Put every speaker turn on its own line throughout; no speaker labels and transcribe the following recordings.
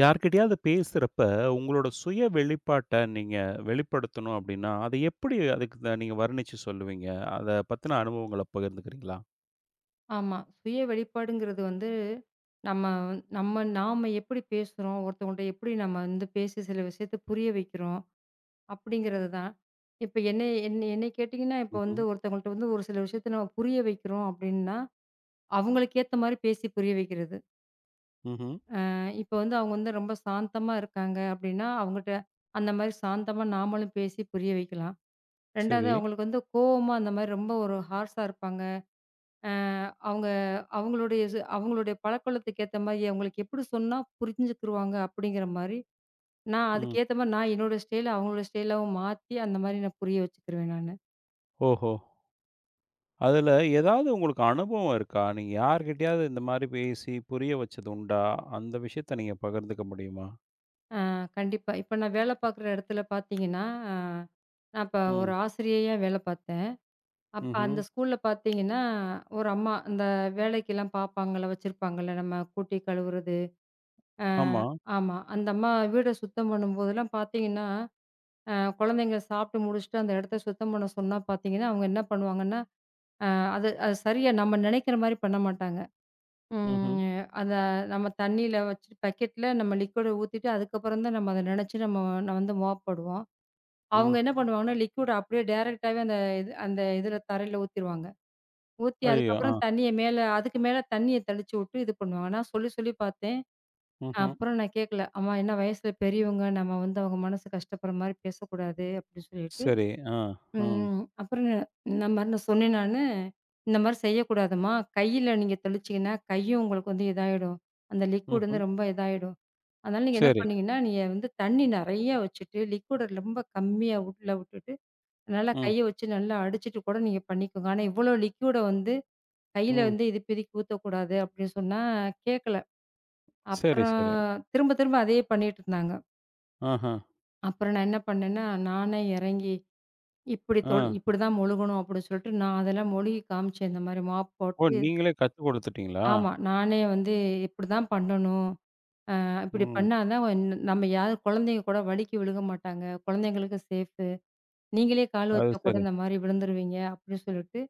யார்கிட்டயாவது பேசுறப்ப, உங்களோட சுய வெளிப்பாட்ட நீங்க வெளிப்படுத்தணும் அப்படின்னா, அதை எப்படி அதுக்கு த நீங்க வர்ணிச்சு சொல்லுவீங்க? அத பத்தின அனுபவங்கள பகிர்ந்துக்கிறீங்களா?
ஆமா. சுய வெளிப்பாடுங்கிறது வந்து, நம்ம நாம எப்படி பேசுறோம், ஒருத்தவங்கள்ட்ட எப்படி நம்ம வந்து பேசி சில விஷயத்த புரிய வைக்கிறோம், அப்படிங்கிறது தான். இப்ப என்னைய கேட்டீங்கன்னா, இப்ப
ம்ஹ்ம்.
வந்து ஒருத்தவங்கள்ட்ட வந்து ஒரு சில விஷயத்த நம்ம புரிய வைக்கிறோம் அப்படின்னா, அவங்களுக்கு ஏத்த மாரி பேசி புரிய வைக்கிறது.
ம்ஹ்ம்.
இப்ப வந்து அவங்க வந்து ரொம்ப சாந்தமா இருக்காங்க அப்படின்னா, அவங்கட்ட அந்த மாரி சாந்தமா நாமளும் பேசி புரிய வைக்கலாம். 2வது
சரி.
அவங்களுக்கு வந்து கோவமா அந்த மாரி ரொம்ப ஒரு ஹார்ஸா இருப்பாங்க. அவங்க அவங்களுடைய அவங்களுடைய பழக்கவழக்கத்துக்கு ஏத்த மாரி, அவங்களுக்கு எப்படி சொன்னா புரிஞ்சுக்குருவாங்க அப்படிங்கிற மாரி, நான்
ம்.
அதுக்கேத்த மாரி நான் என்னோட ஸ்டைல அவங்களோட ஸ்டைலாவும் மாத்தி, அந்த மாரி நான் புரிய வச்சுக்குருவேன் நானு.
ஓஹோ! அதுல ஏதாவது உங்களுக்கு அனுபவம் இருக்கா? நீங்க யார்கிட்டயாவது இந்த மாரி பேசி புரிய வச்சது உண்டா? அந்த விஷயத்த நீங்க பகிர்ந்துக்க முடியுமா?
ஆ கண்டிப்பா. இப்ப நான் வேலை பார்க்குற இடத்துல பார்த்தீங்கன்னா, அ நான் இப்ப ஒரு
ம்.
ஆசிரியையா வேலை பார்த்தேன். அப்ப
ம்ஹ்ம்.
அந்த ஸ்கூல்ல பார்த்தீங்கன்னா, ஒரு அம்மா இந்த வேலைக்கெல்லாம் பாப்பாங்கள வச்சிருப்பாங்கல்ல, நம்ம கூட்டி கழுவுறது. ஆ
ஆமா.
ஆமா. அந்த அம்மா வீட சுத்தம் பண்ணும்போதெல்லாம் பார்த்தீங்கன்னா அ குழந்தைங்க சாப்பிட்டு முடிச்சுட்டு அந்த இடத்த சுத்தம் பண்ண சொன்னா பார்த்தீங்கன்னா, அவங்க என்ன பண்ணுவாங்கன்னா, அ அது அது சரியா நம்ம நினைக்கிற மாரி பண்ண மாட்டாங்க.
ம்ஹ்ம்.
ம் அத நம்ம தண்ணீல வச்சுட்டு பக்கெட்ல நம்ம லிக்விட ஊத்திட்டு அதுக்கப்புறம் தான் நம்ம அத நனைச்சு நம்ம நான் வந்து மோப் போடுவோம். அவங்க
ம்.
என்ன பண்ணுவாங்கன்னா, லிக்விட அப்படியே டைரக்ட்டாவே அந்த அந்த இதுல தரையில ஊத்திருவாங்க. ஊத்தி
ஐயயோ! ஆ.
அதுக்கப்புறம் தண்ணிய மேல அதுக்கு மேல தண்ணிய தெளிச்சு விட்டு இது பண்ணுவாங்க. நான் சொல்லி சொல்லி பார்த்தேன்.
ம்ஹ்ம்.
அப்புறம் நான் கேட்கல. அம்மா என்ன வயசுல பெரியவங்க. நம்ம வந்து அவங்க மனசு கஷ்டப்படுற மாரி பேசக்கூடாது அப்படின்னு சொல்லிட்டு
சரி. ஆ. ம்.
ம். அப்புறம் இந்த மாரி நான் சொன்னேன் நானு. இந்த மாரி செய்யக்கூடாதும்மா. கையில நீங்க தெளிச்சீங்கன்னா, கையும் உங்களுக்கு வந்து இதாயிடும். அந்த லிக்விட்
ம்ஹ்ம்.
வந்து ரொம்ப இதாயிடும். அதனால நீங்க என்ன
சரி.
பண்ணீங்கன்னா, நீங்க வந்து தண்ணி நெறைய வச்சுட்டு, லிக்விட ரொம்ப கம்மியா உள்ள விட்டுட்டு, நல்லா
ம்.
கைய வச்சு நல்லா அடிச்சுட்டு கூட நீங்க பண்ணிக்கோங்க. ஆனா, இவ்வளோ லிக்விட வந்து கையில
ம்.
வந்து இது பிதுக்கி ஊத்தக்கூடாது அப்படின்னு சொன்னா கேட்கல.
சரி,
அப்புறம்
சரி.
திரும்ப திரும்ப அதையே பண்ணிட்டு இருந்தாங்க.
ஆஹ.
அப்புறம் நான் என்ன பண்ணேன்னா, நானே இறங்கி
ஆ.
இப்படிதான் மொழுகணும் அப்படின்னு சொல்லிட்டு, நான் அதெல்லாம் மொழுகி காமிச்சேன். இந்த மாரி மாப்
ஓ!
போட்டு
நீங்களே கத்து குடுத்துட்டீங்களா?
ஆமா. நானே வந்து இப்படிதான் பண்ணணும். இப்படி
ம்.
பண்ணா தான் நம்ம யாரு குழந்தைங்க கூட வழுக்கி விழுக மாட்டாங்க. குழந்தைங்களுக்கு சேஃபு. நீங்களே கால்
அது
வச்சா கூட
சரி.
இந்த மாரி விழுந்துருவீங்க அப்படின்னு சொல்லிட்டு,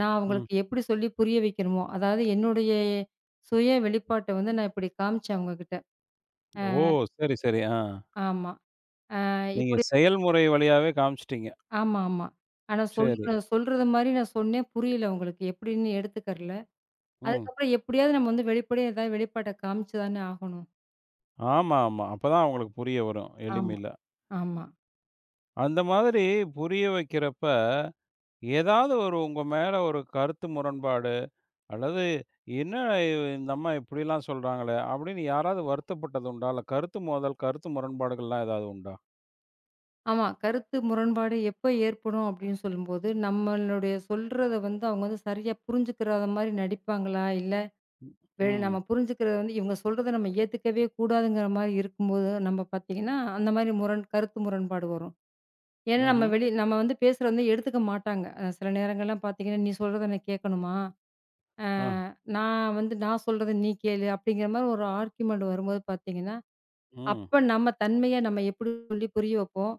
நான்
ம்.
அவங்களுக்கு எப்படி சொல்லி புரிய வைக்கணுமோ, அதாவது என்னுடைய சுய வெளிப்பாட்ட வந்து நான் இப்படி காமிச்சேன் அவங்ககிட்ட.
ஓ! சரி, சரி. ஆ.
ஆமா.
நீங்க
இப்படி
செயல்முறை வழியாவே காமிச்சுட்டீங்க.
ஆமா, ஆமா. ஆனா
சரி.
சொல்றது மாரி நான் சொன்னேன். புரியல அவங்களுக்கு. எப்படின்னு எடுத்துக்கறல.
ம்.
அதுக்கப்புறம் எப்படியாவது நம்ம வந்து வெளிப்படையா ஏதாவது வெளிப்பாட்ட காமிச்சு தானே ஆகணும்.
ஆமா, ஆமா. அப்பதான் அவங்களுக்கு புரிய வரும்.
ஆமா,
எளிமையில.
ஆமா,
அந்த மாதிரி புரிய வைக்கிறப்ப, ஏதாவது ஒரு உங்க மேல ஒரு கருத்து முரண்பாடு, அல்லது, "என்ன இந்த அம்மா இப்படிலாம் சொல்றாங்களே!" அப்படின்னு யாராவது வருத்தப்பட்டது உண்டா? இல்ல கருத்து மோதல், கருத்து முரண்பாடுகள்லாம் ஏதாவது உண்டா?
ஆமா. கருத்து முரண்பாடு எப்ப ஏற்படும் அப்படின்னு சொல்லும்போது, நம்மளுடைய சொல்றத வந்து அவங்க வந்து சரியா புரிஞ்சுக்கிறாத மாரி நடிப்பாங்களா? இல்ல நம்ம
ம்.
புரிஞ்சுக்கிறத வந்து இவங்க சொல்றத நம்ம ஏத்துக்கவே கூடாதுங்கிற மாரி இருக்கும்போது, நம்ம பார்த்தீங்கன்னா, அந்த மாரி கருத்து முரண்பாடு வரும். ஏன்னா
ம்ஹ்ம்.
நம்ம வந்து பேசுறத வந்து எடுத்துக்க மாட்டாங்க. சில நேரங்கள்லாம் பார்த்தீங்கன்னா, "நீ சொல்றத நான் கேட்கணுமா? அ
ஆ.
நான் சொல்றத நீ கேளு" அப்படிங்கிற மாரி ஒரு ஆர்கியுமெண்ட் வரும்போது பார்த்தீங்கன்னா
ம்.
அப்ப நம்ம தன்மைய நம்ம எப்படி சொல்லி புரிய வைப்போம்?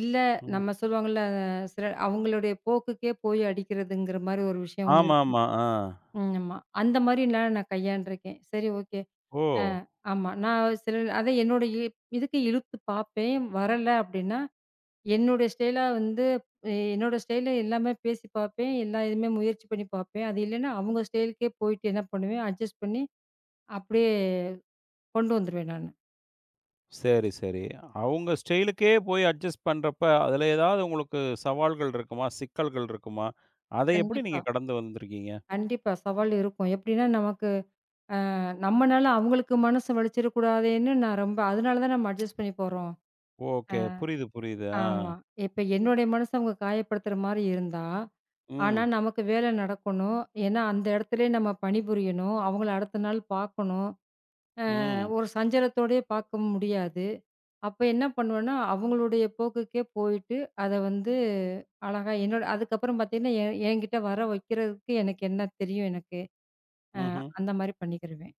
இல்ல
ம்.
நம்ம சொல்லுவாங்கல்ல, சில அவங்களுடைய போக்குக்கே போய் அடிக்கிறதுங்கிற மாரி ஒரு விஷயம் ஒண்ணு இருக்குமா?
ஆமாமா. ஆ.
ம். ஆமா. அந்த மாரிலாம் நான் கையாண்டுருக்கேன். சரி ஓகே.
ஓ!
ஆ ஆமா. நான் சில அதான் என்னோட இதுக்கு இழுத்து பார்ப்பேன். வரல அப்படின்னா, என்னுடைய ஸ்டைலா வந்து என்னோட ஸ்டைல்ல எல்லாமே பேசி பார்ப்பேன். எல்லா இதுவுமே முயற்சி பண்ணி பார்ப்பேன். அது இல்லைன்னா, அவங்க ஸ்டைலுக்கே போயிட்டு என்ன பண்ணுவேன், அட்ஜஸ்ட் பண்ணி அப்படியே கொண்டு வந்துருவேன் நானு.
சரி, சரி. அவங்க ஸ்டைலுக்கே போய் அட்ஜஸ்ட் பண்றப்ப, அதுல ஏதாவது உங்களுக்கு சவால்கள் இருக்குமா? சிக்கல்கள் இருக்குமா? அதை எப்படி
கண்டிப்பா.
நீங்க கடந்து வந்திருக்கீங்க?
கண்டிப்பா. சவால் இருக்கும். எப்படின்னா, நமக்கு நம்மனால அவங்களுக்கு மனசு வலிச்சிடக்கூடாதேன்னு நான் ரொம்ப அதனால தான் நம்ம அட்ஜஸ்ட் பண்ணி போறோம். அ
ஓகே. புரியுது, புரியுது. ஆ.
ஆமா. இப்ப என்னுடைய மனச அவங்க காயப்படுத்துற மாரி இருந்தா, ஆனா
ம்.
நமக்கு வேலை நடக்கணும். ஏன்னா, அந்த இடத்துலயே நம்ம பணிபுரியணும். அவங்கள அடுத்த நாள் பார்க்கணும்.
ம்.
ஒரு சஞ்சலத்தோடயே பார்க்க முடியாது. அப்ப என்ன பண்ணுவேன்னா, அவங்களுடைய போக்குக்கே போயிட்டு, அத வந்து அழகா என்னோட அதுக்கப்புறம் பார்த்தீங்கன்னா, என்கிட்ட வர வைக்கிறதுக்கு எனக்கு என்ன தெரியும் எனக்கு. அ
ம்ஹ்ம்.
அந்த மாரி பண்ணிக்கிருவேன்.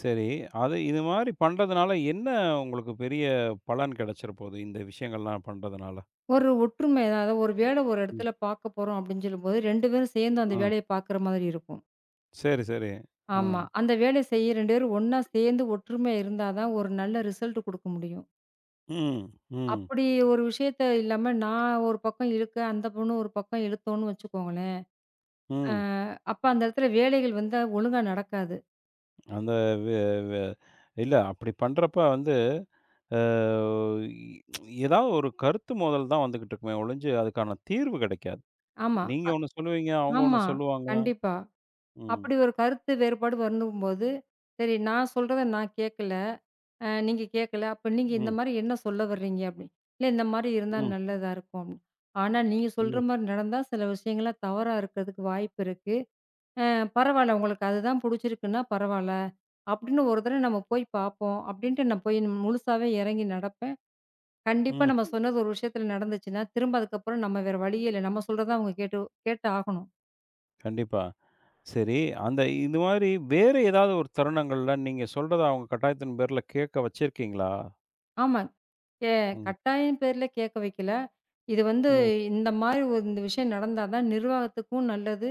சரி. அது இது மாரி பண்றதுனால என்ன உங்களுக்கு பெரிய பலன் கிடைச்சிற போது? இந்த விஷயங்கள்லாம் பண்றதுனால?
ஒரு ஒற்றுமை அதாவது ஒரு வேலை ஒரு
ம்.
இடத்துல பார்க்க போறோம் அப்படின்னு சொல்லும்போது 2 பேரும் சேர்ந்து அந்த
ஆ.
வேலைய பார்க்குற மாதிரி இருக்கும்.
சரி, சரி. ஆ.
ஆமா. அந்த வேலைய செய்ய 2 பேரும் ஒண்ணா சேர்ந்து ஒற்றுமையா இருந்தா தான் ஒரு நல்ல ரிசல்ட் குடுக்க முடியும்.
ம். ம்.
அப்படி ஒரு விஷயத்த இல்லாம நான் ஒரு பக்கம் இழுக்க, அந்த பொண்ணு ஒரு பக்கம் இழுத்தோம்னு வச்சுக்கோங்களேன், அ
ம்.
அப்ப அந்த இடத்துல வேலைகள் வந்து ஒழுங்கா நடக்காது.
அந்த வெ வெ இல்ல அப்படி பண்றப்ப வந்து அ ஏதாவது ஒரு கருத்து மோதல் தான் வந்துகிட்டு இருக்குமே ஒழிஞ்சு, அதுக்கான தீர்வு கிடைக்காது.
ஆமா.
நீங்க
அ
ஒண்ணு சொல்லுவீங்க, அவங்க ஒண்ணு
ஆமா.
சொல்லுவாங்க.
கண்டிப்பா.
ம்.
அப்படி ஒரு கருத்து வேறுபாடு வருந்தும்போது, சரி நான் சொல்றத நான் கேட்கல, நீங்க கேட்கல. அப்ப நீங்க இந்த
ம்.
மாரி என்ன சொல்ல வர்றீங்க? அப்படின்னு. இல்ல இந்த மாரி இருந்தா
ம்.
நல்லதா இருக்கும் அப்படின்னு. ஆனா நீங்க சொல்ற
ம்.
மாரி நடந்தா சில விஷயங்கள்லாம் தவறா இருக்கிறதுக்கு வாய்ப்பு இருக்கு. அ பரவால்ல உங்களுக்கு அதுதான் புடிச்சிருக்குன்னா பரவால்ல. அப்படின்னு ஒரு தடவ நம்ம போய் பார்ப்போம். அப்படின்ட்டு நான் போய் முழுசாவே இறங்கி நடப்பேன். கண்டிப்பா நம்ம
ம்.
சொன்னது ஒரு விஷயத்துல நடந்துச்சுன்னா, திரும்ப அதுக்கப்புறம் நம்ம வேற வழியே இல்ல. நம்ம சொல்றத அவங்க கேட்டு கேட்டு ஆகணும்.
கண்டிப்பா. சரி, அந்த இது மாதிரி வேற ஏதாவது ஒரு தருணங்கள்ல நீங்க சொல்றத அவங்க கட்டாயத்தின் பேர்ல கேட்க வச்சிருக்கீங்களா?
ஆமா. கே
ம்.
கட்டாயம் பேர்ல கேட்க வைக்கல. இது வந்து
ம்.
இந்த மாரி ஒரு இந்த விஷயம் நடந்தா தான் நிர்வாகத்துக்கும் நல்லது.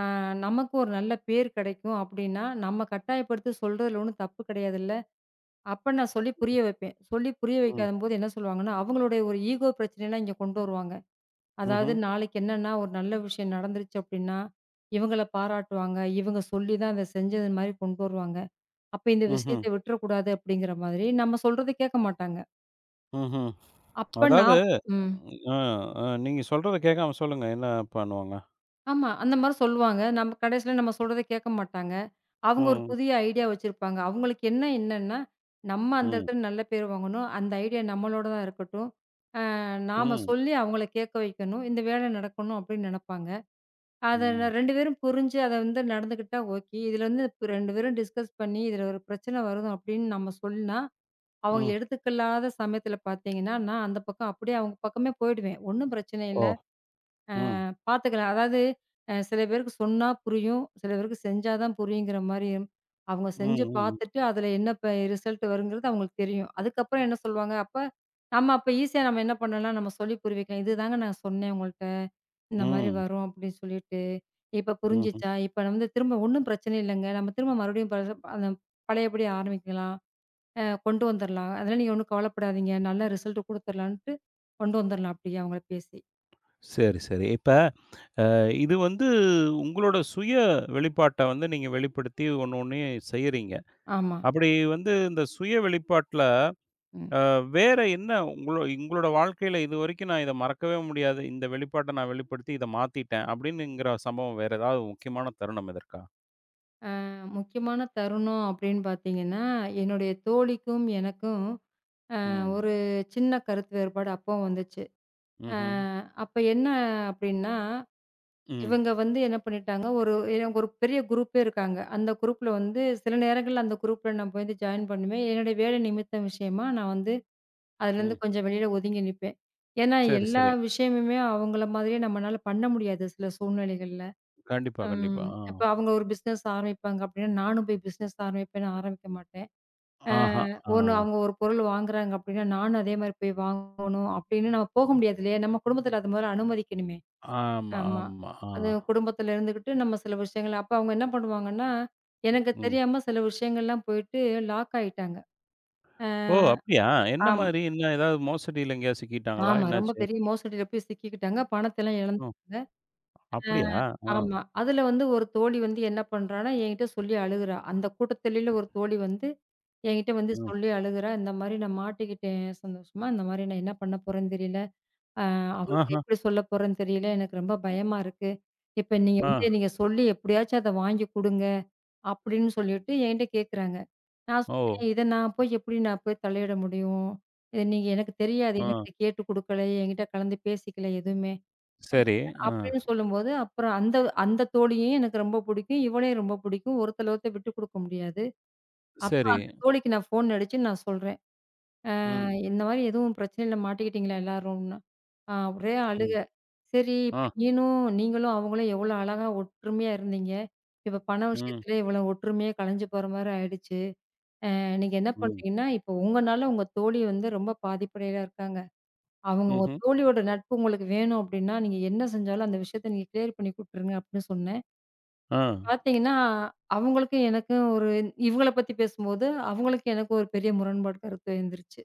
அ நமக்கு ஒரு நல்ல பேர் கிடைக்கும் அப்டின்னா, நம்ம கட்டாயப்படுத்தி சொல்றதுல ஒண்ணும் தப்பு கிடையாதுல்ல. அப்ப நான் சொல்லி புரிய வைப்பேன். சொல்லி புரிய
ம்.
வைக்காதம்போது என்ன சொல்லுவாங்கன்னா, அவங்களுடைய ஒரு ஈகோ பிரச்சனைலாம் இங்க கொண்டு வருவாங்க. அதாவது
ம்ஹ்ம்.
நாளைக்கு என்னன்னா ஒரு நல்ல விஷயம் நடந்துருச்சு அப்டின்னா, இவங்கள பாராட்டுவாங்க. இவங்க சொல்லி தான் அத செஞ்சது மாரி கொண்டு வருவாங்க. அப்ப இந்த
ம்ஹ்ம்.
விஷயத்த விட்டுறக்கூடாது அப்டிங்கிற மாதிரி நம்ம சொல்றத கேட்க மாட்டாங்க.
ம்ஹ்ம்.
அப்ப
அதாவது
நான் ம்.
அ, அ நீங்க சொல்றத கேட்காம சொல்லுங்க. என்ன பண்ணுவாங்க?
ஆமா. அந்த மாரி சொல்லுவாங்க. நம்ம கடைசியில நம்ம சொல்றத கேட்க மாட்டாங்க. அவங்க ஒரு
ம்.
புதிய ஐடியா வச்சிருப்பாங்க. அவங்களுக்கு என்ன என்னன்னா, நம்ம அந்த
ம்.
இடத்துல நல்ல பேர் வாங்கணும். அந்த ஐடியா நம்மளோட தான் இருக்கட்டும். நாம
ம்.
சொல்லி அவங்கள கேட்க வைக்கணும். இந்த வேலை நடக்கணும் அப்படின்னு நெனப்பாங்க. அத
ம்.
2 பேரும் புரிஞ்சு அத வந்து நடந்துக்கிட்டா ஓகே. இதுல வந்து 2 பேரும் டிஸ்கஸ் பண்ணி இதுல ஒரு பிரச்சனை வரும் அப்படின்னு நம்ம சொன்னா, அவங்க
ம்.
எடுத்துக்கல்லாத சமயத்துல பார்த்தீங்கன்னா, நான் அந்த பக்கம் அப்படியே அவங்க பக்கமே போயிடுவேன். ஒண்ணும் பிரச்சனை
ஓ!
இல்ல.
ம்.
பாத்துக்கலாம். அதாவது சில பேருக்கு சொன்னா புரியும். சில பேருக்கு செஞ்சா தான் புரியுங்கிற மாரி, அவங்க
ம்.
செஞ்சு
ம்.
பாத்துட்டு அதுல என்ன ரிசல்ட் வருங்கிறது அவங்களுக்கு தெரியும். அதுக்கப்புறம் என்ன சொல்லுவாங்க, அப்ப நம்ம அப்ப ஈஸியா நம்ம என்ன பண்ணலாம், நம்ம சொல்லி புரிய வைக்கலாம். "இதுதாங்க நான் சொன்னேன் உங்கள்ட்ட. இந்த மாரி
ம்.
வரும்" அப்படின்னு சொல்லிட்டு. "இப்ப
ம்ஹ்ம்.
புரிஞ்சுச்சா? இப்ப நம்ம வந்து திரும்ப ஒண்ணும் பிரச்சனை இல்லைங்க. நம்ம திரும்ப மறுபடியும் அந்த பழையபடி ஆரம்பிக்கலாம். கொண்டு வந்துரலாம். அதெல்லாம் நீங்க ஒண்ணும் கவலைப்படாதீங்க. நல்ல ரிசல்ட் குடுத்துரலான்ட்டு" கொண்டு வந்துரலாம் அப்படியே அவங்கள பேசி.
சரி, சரி. இப்ப அ இது வந்து உங்களோட சுய வெளிப்பாட்ட வந்து நீங்க வெளிப்படுத்தி ஒண்ணு ஒண்ணையும் செய்றீங்க.
ஆமா.
அப்படி வந்து இந்த சுய வெளிப்பாட்ல வேற என்ன உங்களோட வாழ்க்கையில இதுவரைக்கும் நான் இத மறக்கவே முடியாது. இந்த வெளிப்பாட்ட நான் வெளிப்படுத்தி இத மாத்திட்டேன் அப்படின்னுங்கிற சம்பவம் வேற ஏதாவது முக்கியமான தருணம் இதற்கா?
முக்கியமான தருணம் அப்படின்னு பார்த்தீங்கன்னா, என்னுடைய தோழிக்கும் எனக்கும்
ம்.
ஒரு சின்ன கருத்து வேறுபாடு அப்போ வந்துச்சு. அ
ம்ஹ்ம்.
அப்ப என்ன அப்படின்னா,
ம்.
இவங்க வந்து என்ன பண்ணிட்டாங்க, எனக்கு ஒரு பெரிய குரூப்பே இருக்காங்க. அந்த குரூப்ல வந்து சில நேரங்கள்ல அந்த குரூப்ல நான் போய் வந்து ஜாயின் பண்ணுவேன். என்னுடைய வேலை நிமித்தம் விஷயமா நான் வந்து
ம்.
அதுலேருந்து கொஞ்சம் வெளியில ஒதுங்கி நிப்பேன். ஏன்னா,
சரி,
எல்லா
சரி.
விஷயமுமே அவங்கள மாதிரியே நம்மனால பண்ண முடியாது சில சூழ்நிலைகள்ல.
கண்டிப்பா, கண்டிப்பா.
ம்.
ஆ.
இப்ப அவங்க ஒரு பிசினஸ் ஆரம்பிப்பாங்க அப்படின்னா, நானும் போய் பிசினஸ் ஆரம்பிப்பேன்னு ஆரம்பிக்க மாட்டேன். அ
ஆஹா. ஆ.
ஒண்ணு அவங்க ஒரு பொருள் வாங்குறாங்க அப்படின்னா, நானும் அதே மாரி போய் வாங்கணும் அப்படின்னு நம்ம போக முடியாது இல்லையா? நம்ம குடும்பத்தில அது முதல்ல அனுமதிக்கணுமே.
ஆமா,
ஆமா.
ஆமா. ஆ.
அது குடும்பத்தில இருந்துகிட்டு நம்ம சில விஷயங்கள் அப்ப அவங்க என்ன பண்ணுவாங்கன்னா, எனக்கு
ம்.
தெரியாம சில விஷயங்கள்லாம் போயிட்டு லாக் ஆயிட்டாங்க. அ
ஓ! அப்படியா? என்ன
ஆமா,
மாரி? என்ன ஏதாவது மோசடியில எங்கேயாவது சிக்கிட்டாங்களா?
ஆமா. ரொம்ப
என்னாச்சு?
பெரிய மோசடியில போய் சிக்கிக்கிட்டாங்க. பணத்தெல்லாம்
ம்.
இழந்துட்டாங்க. அ
அப்படியா? ஆ,
ஆமா. அதில வந்து ஒரு தோழி வந்து என்ன பண்றான்னா, என்கிட்ட சொல்லி அழுகுறா. அந்த கூட்டத்திலேல ஒரு தோழி வந்து என்கிட்ட வந்து
ஆ.
சொல்லி அழுகுறா. இந்த மாரி நான் மாட்டிக்கிட்டேன் சந்தோஷமா. இந்த மாரி நான் என்ன பண்ண போறேன்னு தெரியல. அ அவருக்கு
ஆஹா!
எப்படி சொல்ல போறேன்னு தெரியல. எனக்கு ரொம்ப பயமா இருக்கு. இப்ப
ஆ.
நீங்க சொல்லி எப்படியாச்சும் அத வாங்கி குடுங்க. அப்படின்னு சொல்லிட்டு என்கிட்ட கேட்குறாங்க. நான்
ஓ!
சொன்னேன், இத நான் போய் எப்படி நான் போய் தலையிட முடியும்? இது நீங்க எனக்கு தெரியாது.
ஆ.
என்கிட்ட கேட்டு குடுக்கல. என்கிட்ட கலந்து பேசிக்கல எதுவுமே.
சரி. ஆ.
அப்படின்னு சொல்லும்போது அப்புறம் அந்த அந்த தோழியும் எனக்கு ரொம்ப பிடிக்கும். இவளையும் ரொம்ப பிடிக்கும். ஒருத்தல ஒருத்தர் விட்டு குடுக்க முடியாது. அப்ப
சரி.
அந்த தோழிக்கு நான் ஃபோன் அடிச்சு நான் சொல்றேன்.
ம்,
இந்த மாரி எதுவும் பிரச்சனையில மாட்டிக்கிட்டீங்களா எல்லாரும்ன்னா? ஆ ஒரே அழுக.
ம்.
சரி இப்ப
ஆ.
நீனும் நீங்களும் அவங்களும் எவ்வளோ அழகா ஒற்றுமையா இருந்தீங்க. இப்ப பண
ம்,
விஷயத்திலே இவ்வளோ ஒற்றுமையே கலைஞ்சு போற மாரி ஆயிடுச்சு. நீங்க என்ன
ம்.
பண்றீங்கன்னா, இப்போ உங்கனால உங்க தோழி வந்து ரொம்ப பாதிப்படையில இருக்காங்க. அவங்க உங்க
ம்ஹ்ம்.
தோழியோட நட்பு உங்களுக்கு வேணும் அப்டின்னா, நீங்க என்ன செஞ்சாலும் அந்த விஷயத்த நீங்க கிளியர் பண்ணி குடுத்துருங்க அப்டின்னு சொன்னேன்.
ஆ.
பார்த்தீங்கன்னா, அவங்களுக்கும் எனக்கும் ஒரு இவங்கள பத்தி பேசும்போது, அவங்களுக்கும் எனக்கும் ஒரு பெரிய முரண்பாடு கருத்து எழுந்துருச்சு.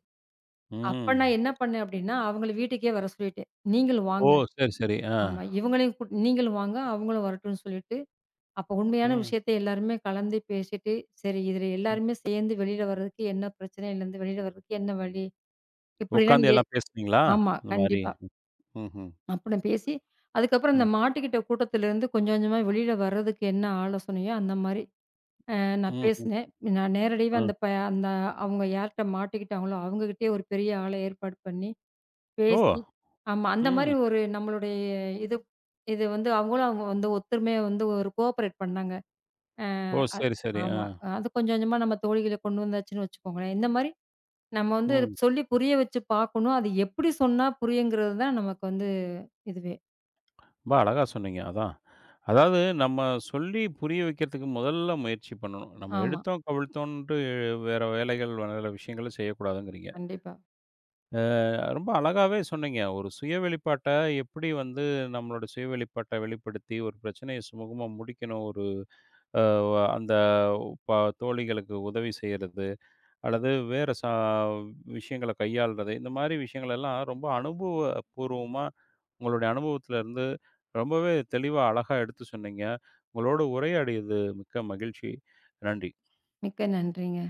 அப்ப
ம்.
நான் என்ன பண்ணேன் அப்டின்னா, அவங்கள வீட்டுக்கே வர சொல்லிட்டேன். நீங்களும்
ஓ!
வாங்க.
சரி, சரி. ஆ.
ஆமா. இவங்களையும் கூட் நீங்களும் வாங்க, அவங்களும் வரட்டும்னு சொல்லிட்டு, அப்ப உண்மையான
ம்.
விஷயத்த எல்லாருமே கலந்து பேசிட்டு, சரி இதுல
ம்.
எல்லாருமே சேர்ந்து வெளில வர்றதுக்கு என்ன பிரச்சனையிலருந்து வெளில வர்றதுக்கு என்ன வழி? இப்படிலாம்
உட்காந்து
நீங்க
எல்லாம் பேசுனீங்களா?
ஆமா.
அந்த மாரி.
கண்டிப்பா.
ம். ம்ஹ்ம்.
அப்படின்னு பேசி, அதுக்கப்புறம்
ம்.
இந்த மாட்டிக்கிட்ட கூட்டத்திலருந்து கொஞ்சம் கொஞ்சமா வெளில வர்றதுக்கு என்ன ஆலோசனையோ அந்த மாரி நான்
ம்ஹ்ம்.
பேசினேன். நான் நேரடியாவே
ஆ.
அந்த ப அந்த அவங்க யார்ட்ட மாட்டிக்கிட்டாங்களோ அவங்ககிட்டயே ஒரு பெரிய ஆள ஏற்பாடு பண்ணி
ஓ!
பேசி ஆமா. அந்த மாரி
ம்.
ஒரு நம்மளுடைய இது இது வந்து அவங்களும் அவங்க வந்து ஒத்துமையா வந்து ஒரு கோஆப்பரேட் பண்ணாங்க. அ
ஓ!
அ
சரி, சரி. ஆ.
ஆமா. அது கொஞ்சம் கொஞ்சமா நம்ம தோழிகள கொண்டு வந்தாச்சுன்னு வச்சுக்கோங்களேன். இந்த மாரி நம்ம வந்து
ம்.
சொல்லி புரிய வச்சு பார்க்கணும். அது எப்படி சொன்னா புரியுங்கிறது தான் நமக்கு வந்து இதுவே.
ரொம்ப அழகா சொன்னீங்க. அதான். அதாவது நம்ம சொல்லி புரிய வைக்கிறதுக்கு முதல்ல முயற்சி பண்ணணும். நம்ம
ஆமா.
எடுத்தோம், கவிழ்த்தோன்ட்டு வேற வேலைகள், வேற விஷயங்கள செய்யக்கூடாதுங்கிறீங்க.
கண்டிப்பா.
ரொம்ப அழகாவே சொன்னீங்க. ஒரு சுய வெளிப்பாட்ட எப்படி வந்து நம்மளோட சுய வெளிப்பாட்ட வெளிப்படுத்தி ஒரு பிரச்சனைய சுமூகமா முடிக்கணும். ஒரு அ அந்த ப தோழிகளுக்கு உதவி செய்றது, அல்லது வேற விஷயங்கள கையாள்றது, இந்த மாரி விஷயங்களெல்லாம் ரொம்ப அனுபவபூர்வமா உங்களுடைய அனுபவத்துல இருந்து ரொம்பவே தெளிவா, அழகா எடுத்து சொன்னீங்க. உங்களோட உரையாடியது மிக்க மகிழ்ச்சி. நன்றி.
மிக்க நன்றிங்க.